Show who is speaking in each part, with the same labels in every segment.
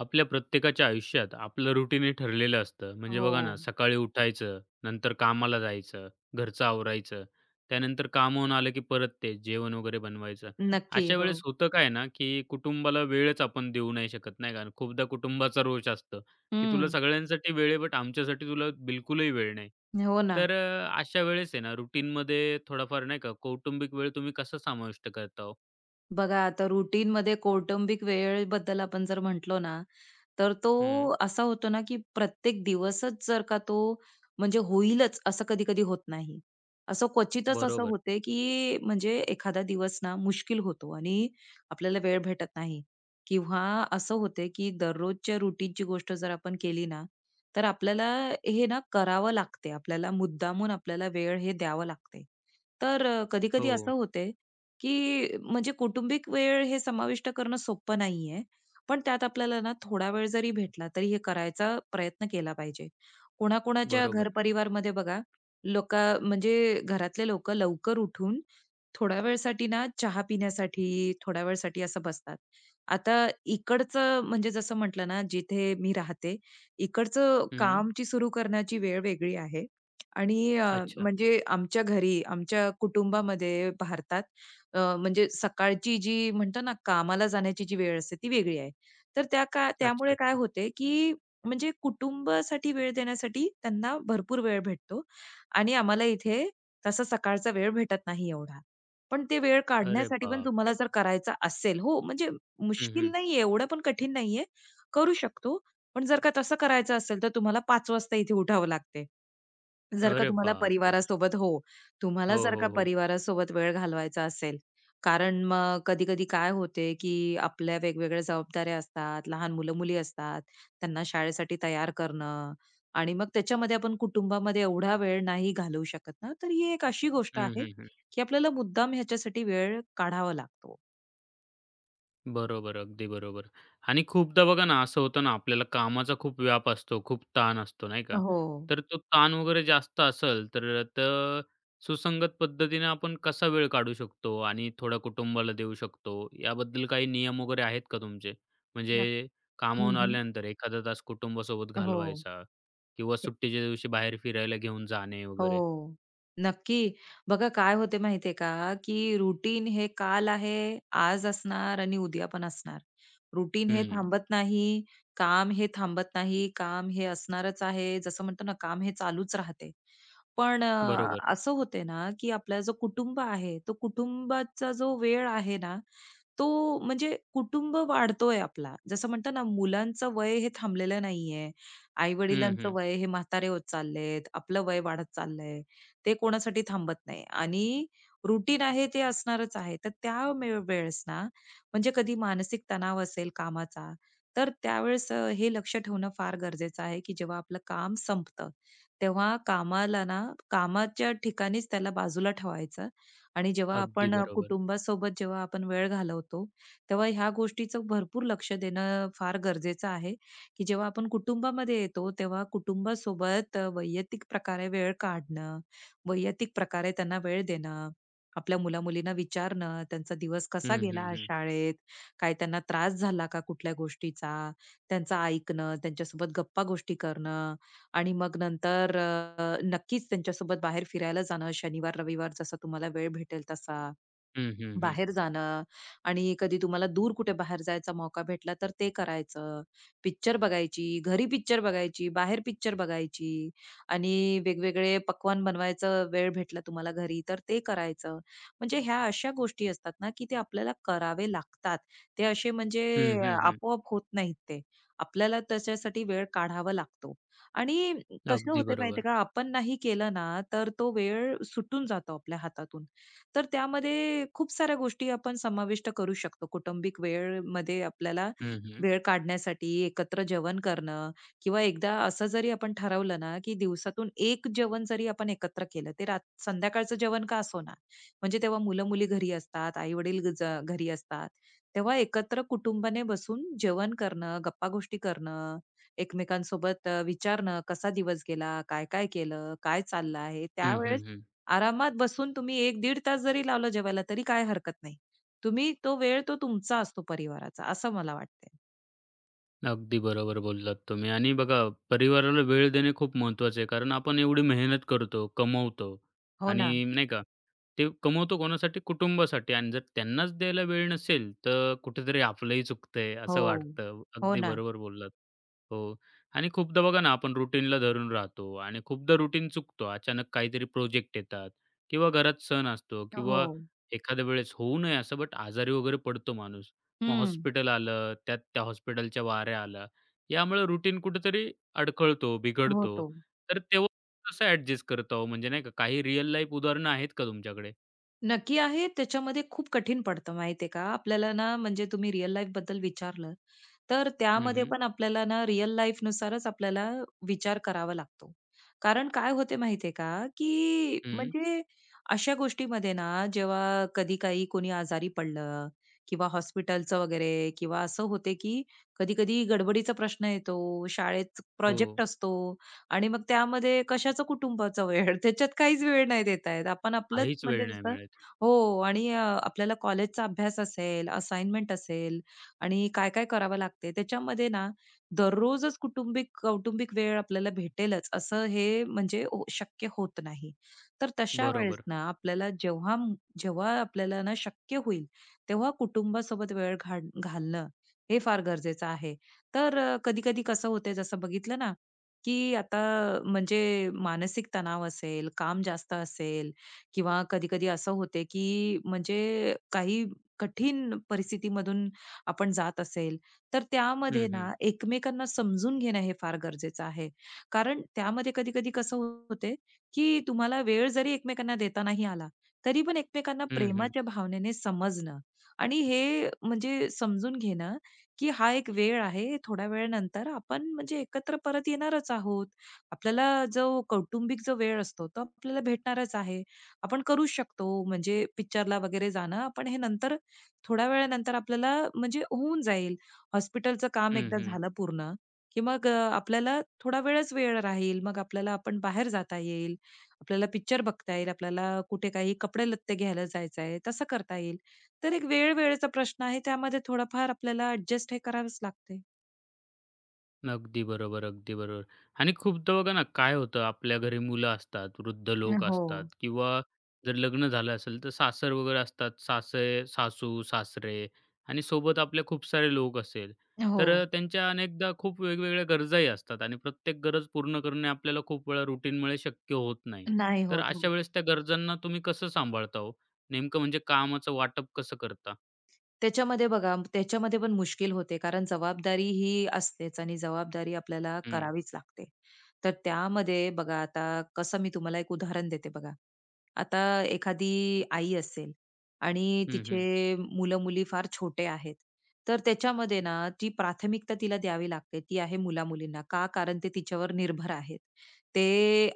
Speaker 1: आपल्या प्रत्येकाच्या आयुष्यात आपलं रुटीन ठरलेलं असतं. म्हणजे
Speaker 2: हो.
Speaker 1: बघा ना, सकाळी उठायचं, नंतर कामाला जायचं, घरचं आवरायचं, त्यानंतर कामावून आलं की परत ते जेवण वगैरे बनवायचं.
Speaker 2: नक्की.
Speaker 1: अशा वेळेस
Speaker 2: हो.
Speaker 1: होतं काय ना, की कुटुंबाला वेळच आपण देऊ नाही शकत, नाही का? आणि खूपदा कुटुंबाचा रोष असतो, की तुला
Speaker 2: हं.
Speaker 1: सगळ्यांसाठी वेळ आहे, बट आमच्यासाठी तुला बिलकुलही वेळ नाही.
Speaker 2: हो ना.
Speaker 1: तर अशा वेळेस आहे ना, रुटीनमध्ये थोडाफार नाही का, कौटुंबिक वेळ तुम्ही कसा समाविष्ट करता हो?
Speaker 2: बघा आता रुटीनमध्ये कौटुंबिक वेळेबद्दल आपण जर म्हटलो ना, तर
Speaker 1: हं,
Speaker 2: तो असा होतो ना, की प्रत्येक दिवसच जर का तो म्हणजे होईलच असं कधी-कधी होत नाही. असं क्वचितच असं
Speaker 1: बरोबर.
Speaker 2: होते, की म्हणजे एखादा दिवस ना मुश्किल होतो आणि आपल्याला वेळ भेटत नाही किंवा असं होते, की दररोजच्या रूटीनची गोष्ट जर आपण केली ना, तर आपल्याला हे ना करावं लागते. आपल्याला मुद्दामून आपल्याला वेळ हे द्यावं लागते. तर कधी-कधी असं
Speaker 1: हो,
Speaker 2: होते, की म्हणजे कौटुंबिक वेळ हे समाविष्ट करणं सोपं नाहीये. पण त्यात आपल्याला ना थोडा वेळ जरी भेटला तरी हे करायचा प्रयत्न केला पाहिजे. कोणाकोणाच्या
Speaker 1: बरोबर.
Speaker 2: घरपरिवारमध्ये बघा, लोक म्हणजे घरातले लोक लवकर उठून थोड्या वेळसाठी ना चहा पिण्यासाठी, थोड्या वेळसाठी असं बसतात. आता इकडचं म्हणजे जसं म्हटलं ना, जिथे मी राहते, इकडचं
Speaker 1: हं,
Speaker 2: कामची सुरू करण्याची वेळ वेगळी आहे आणि
Speaker 1: अच्छा.
Speaker 2: म्हणजे आमच्या घरी, आमच्या कुटुंबामध्ये, भारतात म्हणजे सकाळची जी म्हणतो ना, कामाला जाण्याची जी वेळ असते ती वेगळी आहे. तर
Speaker 1: अच्छा,
Speaker 2: त्यामुळे काय
Speaker 1: अच्छा.
Speaker 2: होते, की म्हणजे कुटुंबासाठी वेळ देण्यासाठी त्यांना भरपूर वेळ भेटतो आणि आम्हाला इथे तसा सकाळचा वेळ भेटत नाही एवढा. पण ते वेळ
Speaker 1: अरे
Speaker 2: काढण्यासाठी पण तुम्हाला
Speaker 1: बापरे!
Speaker 2: जर करायचा असेल हो, म्हणजे
Speaker 1: हं,
Speaker 2: मुश्किल
Speaker 1: हं.
Speaker 2: नाहीये, एवढं पण कठीण नाहीये, करू शकतो. पण जर का तसं करायचं असेल, तर तुम्हाला 5 वाजता इथे उठावं लागते. जर का
Speaker 1: अरे
Speaker 2: तुम्हाला
Speaker 1: बापरे!
Speaker 2: परिवारासोबत हो, तुम्हाला
Speaker 1: हो,
Speaker 2: जर का
Speaker 1: हो, हो.
Speaker 2: परिवारासोबत वेळ घालवायचा असेल, कारण मग कधी-कधी काय होते, की आपल्या वेगवेगळ्या जबाबदाऱ्या असतात, लहान मुलं-मुली असतात, त्यांना शाळेसाठी तयार करणं आणि मग त्याच्यामध्ये आपण कुटुंबामध्ये एवढा वेळ नाही घालवू शकत ना, तर ही एक अशी गोष्ट
Speaker 1: हं,
Speaker 2: आहे
Speaker 1: हं, हं.
Speaker 2: की आपल्याला मुद्दाम ह्याच्यासाठी वेळ काढावा लागतो.
Speaker 1: बरोबर, अगदी बरोबर. आणि खूपदा बघा ना, असं होतं ना, आपल्याला कामाचा खूप व्याप असतो, खूप ताण असतो, नाही का?
Speaker 2: हो.
Speaker 1: तर तो ताण वगैरे जास्त असेल, तर तर सुसंगत पद्धतीने आपण कसा वेळ काढू शकतो आणि थोडा कुटुंबाला देऊ शकतो, याबद्दल काही नियम वगैरे आहेत का तुमचे? म्हणजे
Speaker 2: नक्क
Speaker 1: कामावरून
Speaker 2: हं,
Speaker 1: आल्यानंतर एखादा तास कुटुंबासोबत
Speaker 2: हो.
Speaker 1: घालवायचा किंवा सुट्टीच्या दिवशी बाहेर फिरायला घेऊन जाणे वगैरे?
Speaker 2: हो. नक्की. बघा काय होते माहितीये का, की रुटीन हे काल आहे, आज असणार आणि उद्या पण असणार. रुटीन हे
Speaker 1: हं.
Speaker 2: थांबत नाही, काम हे थांबत नाही, काम हे असणारच आहे. जसं म्हणतो ना, काम हे चालूच राहते. पण
Speaker 1: बरोबर.
Speaker 2: असं होते ना, की आपला जो कुटुंब आहे, तो कुटुंबाचा जो वेळ आहे ना, तो म्हणजे कुटुंब वाढतोय आपला. जसं म्हणतो ना, मुलांचं वय हे थांबलेलं नाहीये.
Speaker 1: हं,
Speaker 2: आई-वडिलांचं
Speaker 1: हं.
Speaker 2: वय हे म्हातारे होत चाललेत. आपलं वय वाढत चाललंय. ते कोणासाठी थांबत नाही आणि रुटीन आहे ते असणारच आहे. तर त्या वेळेस ना, म्हणजे कधी मानसिक तणाव असेल कामाचा, तर त्यावेळेस हे लक्ष ठेवणं फार गरजेचं आहे, की जेव्हा आपलं काम संपतं, तेव्हा कामाला ना, कामाच्या ठिकाणीच त्याला बाजूला ठेवायचं आणि जेव्हा
Speaker 1: अगदी
Speaker 2: आपण
Speaker 1: बरोबर.
Speaker 2: कुटुंबासोबत जेव्हा आपण वेळ घालवतो, तेव्हा ह्या गोष्टीचं भरपूर लक्ष देणं फार गरजेचं आहे, की जेव्हा आपण कुटुंबामध्ये येतो, तेव्हा कुटुंबासोबत वैयक्तिक प्रकारे वेळ काढणं, वैयक्तिक प्रकारे त्यांना वेळ देणं, आपल्या मुला-मुलींना विचारणं, त्यांचा दिवस कसा
Speaker 1: हं,
Speaker 2: गेला
Speaker 1: हं,
Speaker 2: आज
Speaker 1: हं.
Speaker 2: शाळेत, काय त्यांना त्रास झाला का कुठल्या गोष्टीचा, त्यांचं ऐकणं, त्यांच्यासोबत गप्पा-गोष्टी करणं आणि मग नंतर नक्कीच त्यांच्यासोबत बाहेर फिरायला जाणं शनिवार, रविवार जसा तुम्हाला वेळ भेटेल तसा.
Speaker 1: हं, हं, हं.
Speaker 2: बाहेर जाणं आणि कधी तुम्हाला दूर कुठे बाहेर जायचा मौका भेटला तर ते करायचं. पिक्चर बघायची, घरी पिक्चर बघायची, बाहेर पिक्चर बघायची आणि वेगवेगळे पक्वान्न बनवायचं वेळ भेटला तुम्हाला घरी तर ते करायचं. म्हणजे ह्या अशा गोष्टी असतात ना, की ते आपल्याला करावे लागतात. ते असे म्हणजे
Speaker 1: हं, हं, हं.
Speaker 2: आपोआप होत नाहीत ते. आपल्याला त्याच्यासाठी वेळ काढावा लागतो आणि कसं
Speaker 1: अगदी
Speaker 2: होते माहितीये
Speaker 1: बरोबर.
Speaker 2: का, आपण नाही केलं ना, तर तो वेळ सुटून जातो आपल्या हातातून. तर त्यामध्ये खूप साऱ्या गोष्टी आपण समाविष्ट करू शकतो. कौटुंबिक वेळमध्ये आपल्याला
Speaker 1: हं, हं.
Speaker 2: वेळ काढण्यासाठी एकत्र जेवण करणं किंवा एकदा असं जरी आपण ठरवलं ना, की दिवसातून एक जेवण जरी आपण एकत्र केलं, ते संध्याकाळचं जेवण का असेना, म्हणजे तेव्हा मुलं-मुली घरी असतात, आई-वडील घरी असतात. तेव्हा एकत्र कुटुंबाने बसून जेवण करणं, गप्पा-गोष्टी करणं, एकमेकांसोबत विचारणं, कसा दिवस गेला, काय-काय केलं, काय चाललं आहे,
Speaker 1: हं,
Speaker 2: त्यावेळेस
Speaker 1: हं, हं.
Speaker 2: आरामात बसून तुम्ही एक दीड तास जरी लावलं जेवायला तरी काही हरकत नाही. तुम्ही तो वेळ तो तुमचा असतो परिवाराचा, असं मला वाटतंय.
Speaker 1: अगदी बरोबर बोललात तुम्ही आणि बघा, परिवाराला वेळ देणे खूप महत्त्वाचं आहे. कारण आपण एवढी मेहनत करतो, कमवतो
Speaker 2: हो ना.
Speaker 1: आणि नाही का, ते कमवतो कोणासाठी? कुटुंबासाठी आणि जर त्यांनाच द्यायला वेळ नसेल, तर कुठेतरी आपलंही चुकतंय
Speaker 2: हो.
Speaker 1: असं वाटतं.
Speaker 2: हो
Speaker 1: अगदी
Speaker 2: ना.
Speaker 1: बरोबर बोललात. हो आणि खूपदा बघा ना, आपण रुटीनला धरून राहतो आणि खूपदा रुटीन चुकतो. अचानक काहीतरी प्रोजेक्ट येतात किंवा घरात सण असतो
Speaker 2: हो.
Speaker 1: किंवा एखाद्या वेळेस होऊ नये असं, बट आजारी वगैरे पडतो माणूस. मग
Speaker 2: हं.
Speaker 1: हॉस्पिटल आलं, त्यात त्या हॉस्पिटलच्या वाऱ्या आल्या. यामुळे रुटीन कुठेतरी अडखळतो, बिघडतो.
Speaker 2: होतो.
Speaker 1: तर तेव्हा कसं ॲडजस्ट करता हो? म्हणजे नाही का काही रिअल लाईफ उदाहरणं आहेत का तुमच्याकडे?
Speaker 2: नक्की आहे. त्याच्यामध्ये खूप कठीण पडतं माहिती आहे का? आपल्याला ना म्हणजे तुम्ही रिअल लाईफबद्दल विचारलं, तर
Speaker 1: हं,
Speaker 2: त्यामध्ये
Speaker 1: हं.
Speaker 2: पण आपल्याला ना रिअल लाईफनुसारच आपल्याला विचार करावा लागतो. कारण काय होते माहितीये का, की
Speaker 1: हं.
Speaker 2: म्हणजे अशा गोष्टीमध्ये ना जेव्हा कधी काही कोणी आजारी पडलं किंवा हॉस्पिटलचं वगैरे किंवा असं होते, की कधी-कधी गडबडीचा प्रश्न येतो, शाळेत प्रोजेक्ट
Speaker 1: हो.
Speaker 2: असतो आणि मग त्यामध्ये कशाचं कुटुंबाचा वेळ त्याच्यात काहीच वेळ नाही देता येत. आपण आपलंच
Speaker 1: काहीच
Speaker 2: म्हणजे
Speaker 1: वेळ नाही
Speaker 2: जसं
Speaker 1: मिळत.
Speaker 2: हो आणि आपल्याला कॉलेजचा अभ्यास असेल, असाइनमेंट असेल आणि काय-काय करावं लागते. त्याच्यामध्ये ना दररोजच कौटुंबिक वेळ आपल्याला भेटेलच असं हे म्हणजे शक्य होत नाही. तर तशा वेळेस
Speaker 1: बरोबर.
Speaker 2: ना आपल्याला जेव्हा जेव्हा आपल्याला ना शक्य होईल, तेव्हा कुटुंबासोबत वेळ घालणं हे फार गरजेचं आहे. तर कधी-कधी कसं होतंय जसं बघितलं ना, की आता म्हणजे मानसिक तणाव असेल, काम जास्त असेल किंवा कधी-कधी असं होते, की म्हणजे काही कठीण परिस्थितीमधून आपण जात असेल, तर
Speaker 1: हं,
Speaker 2: त्यामध्ये
Speaker 1: हं.
Speaker 2: ना एकमेकांना समजून घेणं हे फार गरजेचं आहे. कारण त्यामध्ये कधी-कधी कसं होते, की तुम्हाला वेळ जरी एकमेकांना देता नाही आला, तरी पण एकमेकांना
Speaker 1: हं, हं.
Speaker 2: प्रेमाच्या भावनेने समजणं आणि हे म्हणजे समजून घेणं, की हा एक वेळ आहे. थोड्या वेळानंतर आपण म्हणजे एकत्र परत येणारच आहोत. आपल्याला जो कौटुंबिक जो वेळ असतो, तो आपल्याला भेटणारच आहे. आपण करू शकतो म्हणजे पिक्चरला वगैरे जाणं, आपण हे नंतर थोड्या वेळानंतर आपल्याला म्हणजे होऊन जाईल. हॉस्पिटलचं काम
Speaker 1: हं,
Speaker 2: एकदा
Speaker 1: हं.
Speaker 2: झालं पूर्ण, की मग आपल्याला थोडा वेळच वेळ राहील. मग आपल्याला आपण बाहेर जाता येईल. आपल्याला पिक्चर बघता येईल. आपल्याला कुठे काही कपडे-लत्ते घ्यायला जायचं आहे, तसं करता येईल. तर एक वेळ-वेळेचा प्रश्न आहे. त्यामध्ये थोडंफार आपल्याला ॲडजस्ट हे करावंच लागते.
Speaker 1: अगदी बरोबर, अगदी बरोबर. आणि खूपदा बघा ना, काय होतं आपल्या घरी मुलं असतात, वृद्ध लोक असतात
Speaker 2: हो,
Speaker 1: किंवा जर लग्न झालं असेल, तर सासर वगैरे असतात. सासे सासू-सासरे आणि सोबत आपले खूप सारे लोक असेल.
Speaker 2: हो.
Speaker 1: तर त्यांच्या अनेकदा खूप वेगवेगळ्या गरजाही असतात आणि प्रत्येक गरज पूर्ण करणे आपल्याला खूप वेळा रुटीनमुळे शक्य होत नाही.
Speaker 2: नाही
Speaker 1: तर
Speaker 2: होत.
Speaker 1: अशा
Speaker 2: हो.
Speaker 1: वेळेस त्या गरजांना तुम्ही कसं सांभाळता हो? नेमकं म्हणजे कामाचं वाटप कसं करता?
Speaker 2: त्याच्यामध्ये बघा, त्याच्यामध्ये पण मुश्किल होते कारण जबाबदारी ही असतेच आणि जबाबदारी आपल्याला
Speaker 1: हं.
Speaker 2: करावीच लागते. तर त्यामध्ये बघा आता कसं मी तुम्हाला एक उदाहरण देते बघा. आता एखादी आई असेल आणि
Speaker 1: हं, हं.
Speaker 2: तिचे मुलं-मुली फार छोटे आहेत. तर त्याच्यामध्ये ना ती प्राथमिकता तिला द्यावी लागते, ती आहे मुला-मुलींना. का? कारण ते तिच्यावर निर्भर आहेत. ते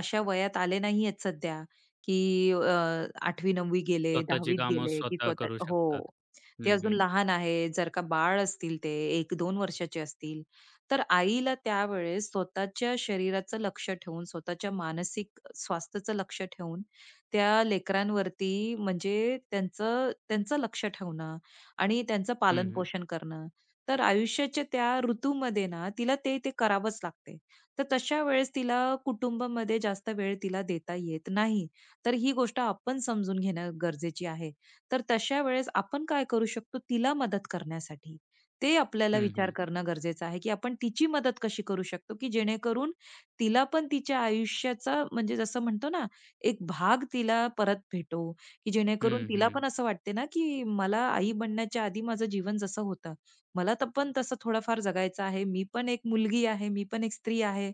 Speaker 2: अशा वयात आले नाहीयेत सध्या, की 8वी 9वी गेले,
Speaker 1: स्वतःची
Speaker 2: 10वीत
Speaker 1: कामं
Speaker 2: गेले, की
Speaker 1: स्वतः करू
Speaker 2: स्वतः हो.
Speaker 1: शकतात.
Speaker 2: ते
Speaker 1: हं,
Speaker 2: अजून
Speaker 1: हं.
Speaker 2: लहान आहे, जर का बाळ असतील ते 1-2 वर्षाचे असतील, तर आईला त्यावेळेस स्वतःच्या शरीराचं लक्ष ठेवून, स्वतःच्या मानसिक स्वास्थ्याचं लक्ष ठेवून, त्या लेकरांवरती म्हणजे त्यांचं त्यांचं लक्ष ठेवणं आणि त्यांचं
Speaker 1: हं, हं.
Speaker 2: पालन-पोषण करणं. तर आयुष्याच्या त्या ऋतूमध्ये ना, तिला ते-ते करावंच लागते. तर तशा वेळेस तिला कुटुंबामध्ये जास्त वेळ तिला देता येत नाही. तर ही गोष्ट आपण समजून घेणं गरजेची आहे. तर तशा वेळेस आपण काय करू शकतो तिला मदत करण्यासाठी? ते आपल्याला
Speaker 1: हं,
Speaker 2: विचार
Speaker 1: हं.
Speaker 2: करणं गरजेचं आहे, की आपण तिची मदत कशी करू शकतो, की जेणेकरून तिला पण तिच्या आयुष्याचा म्हणजे जसं म्हणतो ना, एक भाग तिला परत भेटो, की जेणेकरून
Speaker 1: हं,
Speaker 2: तिला
Speaker 1: हं.
Speaker 2: पण असं वाटते ना, की मला आई बनण्याच्या आधी माझं जीवन जसं होतं, मला तर पण तसं थोडंफार जगायचं आहे. मी पण एक मुलगी आहे, मी पण एक स्त्री आहे.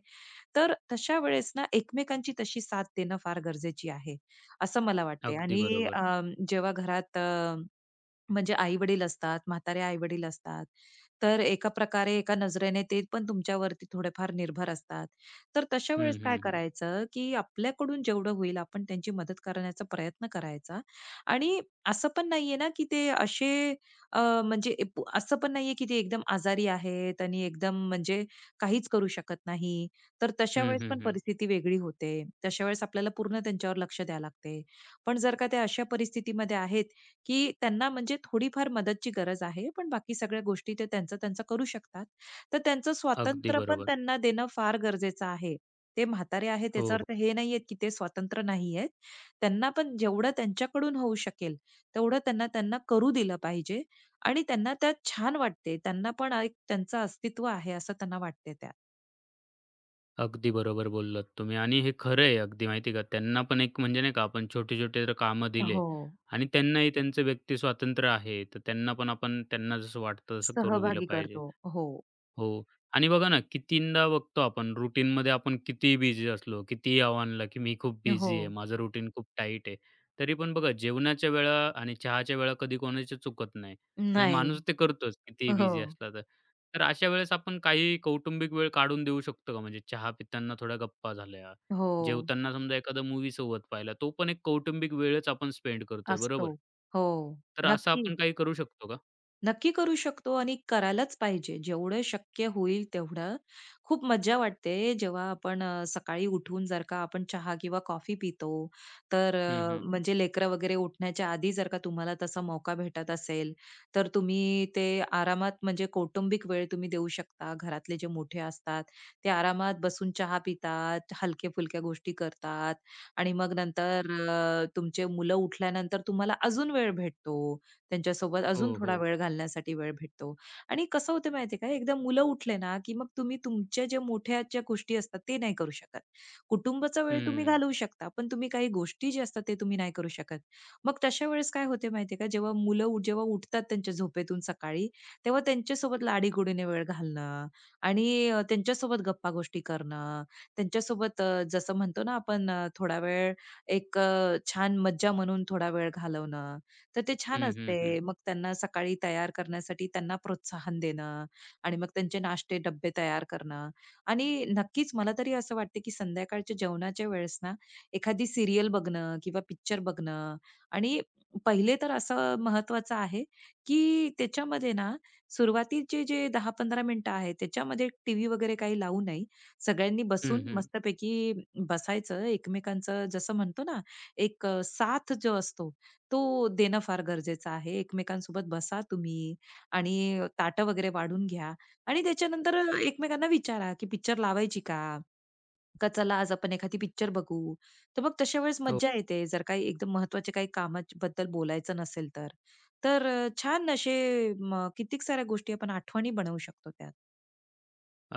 Speaker 2: तर तशा वेळेस ना एकमेकांची तशी साथ देणं फार गरजेची आहे, असं मला वाटते.
Speaker 1: अगदी
Speaker 2: आणि
Speaker 1: बरोबर.
Speaker 2: अ, जेव्हा घरात म्हणजे आई-वडील असतात, म्हातारे आई-वडील असतात. तर एका प्रकारे एका नजरेने ते पण तुमच्यावरती थोडेफार निर्भर असतात. तर तशा
Speaker 1: हं,
Speaker 2: वेळेस काय
Speaker 1: हं, हं.
Speaker 2: करायचं, की आपल्याकडून जेवढं होईल आपण त्यांची मदत करण्याचा प्रयत्न करायचा आणि असं पण नाहीये ना, की ते असे म्हणजे असं पण नाहीये, की ते एकदम आजारी आहेत आणि एकदम म्हणजे काहीच करू शकत नाही. तर तशा
Speaker 1: हं,
Speaker 2: वेळेस
Speaker 1: हं,
Speaker 2: पण
Speaker 1: हं.
Speaker 2: परिस्थिती वेगळी होते. तशा वेळेस आपल्याला पूर्ण त्यांच्यावर लक्ष द्यावं लागते. पण जर का ते अशा परिस्थितीमध्ये आहेत, की त्यांना म्हणजे थोडीफार मदतची गरज आहे, पण बाकी सगळ्या गोष्टी ते त्यांचं-त्यांचं करू शकतात. तर त्यांचं
Speaker 1: अगदी
Speaker 2: स्वातंत्र्य पण
Speaker 1: बरोबर.
Speaker 2: त्यांना देणं फार गरजेचं आहे. ते म्हातारे आहेत त्याचा
Speaker 1: हो, हो.
Speaker 2: अर्थ हे नाहीये की ते स्वतंत्र नाहीयेत. त्यांना पण जेवढं त्यांच्याकडून होऊ शकेल, तेवढं त्यांना त्यांना करू दिलं पाहिजे आणि त्यांना त्यात छान वाटते. त्यांना पण एक त्यांचं अस्तित्व आहे असं त्यांना वाटते त्यात.
Speaker 1: अगदी बरोबर बोललात तुम्ही आणि हे खरं आहे अगदी माहिती का. त्यांना पण एक म्हणजे नाही का आपण छोटे-छोटे जर कामं दिले
Speaker 2: हो.
Speaker 1: आणि त्यांनाही त्यांचं व्यक्ती स्वातंत्र्य आहे, तर त्यांना पण आपण त्यांना जसं वाटतं तसं करू दिलं
Speaker 2: सहभागी
Speaker 1: पाहिजे.
Speaker 2: करतो. हो.
Speaker 1: हो. आणि बघा ना, कितींदा बघतो आपण रुटीनमध्ये आपण कितीही बिझी असलो, कितीही आव्हानला, की मी खूप
Speaker 2: हो.
Speaker 1: बिझी आहे, माझं रुटीन खूप टाईट आहे. तरी पण बघा जेवणाच्या वेळा आणि चहाच्या वेळा कधी कोणाच्या चुकत नाही. म्हणजे
Speaker 2: नाही.
Speaker 1: माणूस ते करतोच कितीही
Speaker 2: हो.
Speaker 1: बिझी असला तर. तर अशा वेळेस आपण काही कौटुंबिक वेळ काढून देऊ शकतो का? म्हणजे चहा पिताना थोड्या गप्पा झाल्या,
Speaker 2: हो.
Speaker 1: जेवताना समजा एखादा मूव्ही सोबत पाहिला, तो पण एक कौटुंबिक वेळच आपण स्पेंड करतोय,
Speaker 2: असतो.
Speaker 1: बरोबर?
Speaker 2: हो.
Speaker 1: तर असं
Speaker 2: नक्की.
Speaker 1: आपण काही करू शकतो का?
Speaker 2: नक्की करू शकतो आणि करायलाच पाहिजे. जेवढं शक्य होईल तेवढं. खूप मज्जा वाटते जेव्हा आपण सकाळी उठून जर का आपण चहा किंवा कॉफी पितो, तर
Speaker 1: हं, हं.
Speaker 2: म्हणजे लेकरं वगैरे उठण्याच्या आधी जर का तुम्हाला तसा मौका भेटत असेल, तर तुम्ही ते आरामात म्हणजे कौटुंबिक वेळ तुम्ही देऊ शकता. घरातले जे मोठे असतात, ते आरामात बसून चहा पितात, हलक्या-फुलक्या गोष्टी करतात आणि मग नंतर तुमचे मुलं उठल्यानंतर तुम्हाला अजून वेळ भेटतो. त्यांच्यासोबत
Speaker 1: हो,
Speaker 2: अजून थोडा
Speaker 1: हो.
Speaker 2: वेळ घालण्यासाठी वेळ भेटतो. आणि कसं होतं माहितीये का, एकदा मुलं उठले ना, की मग तुम्ही तुमच्या ज्या मोठ्या ज्या गोष्टी असतात ते नाही करू शकत. कुटुंबाचा वेळ तुम्ही
Speaker 1: हं.
Speaker 2: घालवू शकता, पण तुम्ही काही गोष्टी ज्या असतात ते तुम्ही नाही करू शकत. मग तशा वेळेस काय होते माहितीये का, जेव्हा मुलं जेव्हा उठतात त्यांच्या झोपेतून सकाळी, तेव्हा त्यांच्यासोबत लाडीगोडीने वेळ घालणं आणि त्यांच्यासोबत गप्पागोष्टी करणं, त्यांच्यासोबत जसं म्हणतो ना आपण थोडा वेळ एक छान मज्जा म्हणून थोडा वेळ घालवणं तर ते छान
Speaker 1: हं, हं, हं.
Speaker 2: असते. मग त्यांना सकाळी तयार करण्यासाठी त्यांना प्रोत्साहन देणं आणि मग त्यांचे नाश्ते डब्बे तयार करणं आणि नक्कीच मला तरी असं वाटतं, की संध्याकाळच्या जेवणाच्या वेळेस ना, एखादी सीरियल बघणं किंवा पिक्चर बघणं आणि पहिले तर असं महत्वाचं आहे, की त्याच्यामध्ये ना सुरुवातीचे जे 10-15 मिनिटं आहेत, त्याच्यामध्ये टीव्ही वगैरे काही लावू नये. सगळ्यांनी
Speaker 1: हं,
Speaker 2: बसून
Speaker 1: हं.
Speaker 2: मस्तपैकी बसायचं एकमेकांचं जसं म्हणतो ना, एक साथ जो असतो तो देणं फार गरजेचं आहे. एकमेकांसोबत बसा तुम्ही आणि ताटं वगैरे वाढून घ्या आणि त्याच्यानंतर एकमेकांना विचारा, की पिक्चर लावायची का? का चला आज आपण एखादी पिक्चर बघू. तर मग तशा वेळेस
Speaker 1: हो.
Speaker 2: मज्जा येते जर काही एकदम महत्त्वाच्या काही कामाबद्दल बोलायचं नसेल तर. तर छान असे कित्येक साऱ्या गोष्टी आपण आठवणी बनवू शकतो त्यात.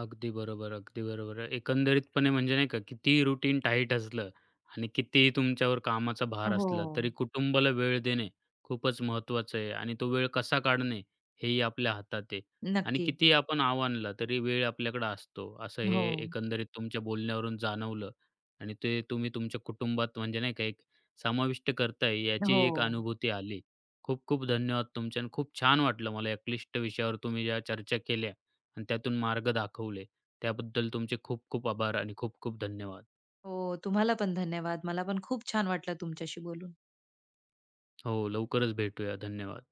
Speaker 1: अगदी बरोबर, अगदी बरोबर. एकंदरीतपणे म्हणजे नाही का किती रुटीन टाईट असलं आणि कितीही तुमच्यावर कामाचा भार
Speaker 2: हो.
Speaker 1: असला, तरी कुटुंबाला वेळ देणे खूपच महत्त्वाचं आहे आणि तो वेळ कसा काढणे हेही आपल्या हातात आहे. आणि
Speaker 2: नक्की.
Speaker 1: कितीही आपण आव आणला तरी वेळ आपल्याकडे असतो, असं हे
Speaker 2: हो,
Speaker 1: एकंदरीत तुमच्या बोलण्यावरून जाणवलं आणि ते तुम्ही तुमच्या कुटुंबात म्हणजे नाही का एक समाविष्ट करताय याची
Speaker 2: हो.
Speaker 1: एक अनुभूती आली. खूप खूप धन्यवाद तुमचे आणि खूप छान वाटलं मला या क्लिष्ट विषयावर तुम्ही ज्या चर्चा केल्या आणि त्यातून मार्ग दाखवले. त्याबद्दल तुमचे खूप खूप आभार आणि खूप खूप धन्यवाद.
Speaker 2: हो, तुम्हाला पण धन्यवाद. मला पण खूप छान वाटलं तुमच्याशी बोलून.
Speaker 1: हो, लवकरच भेटूया. धन्यवाद.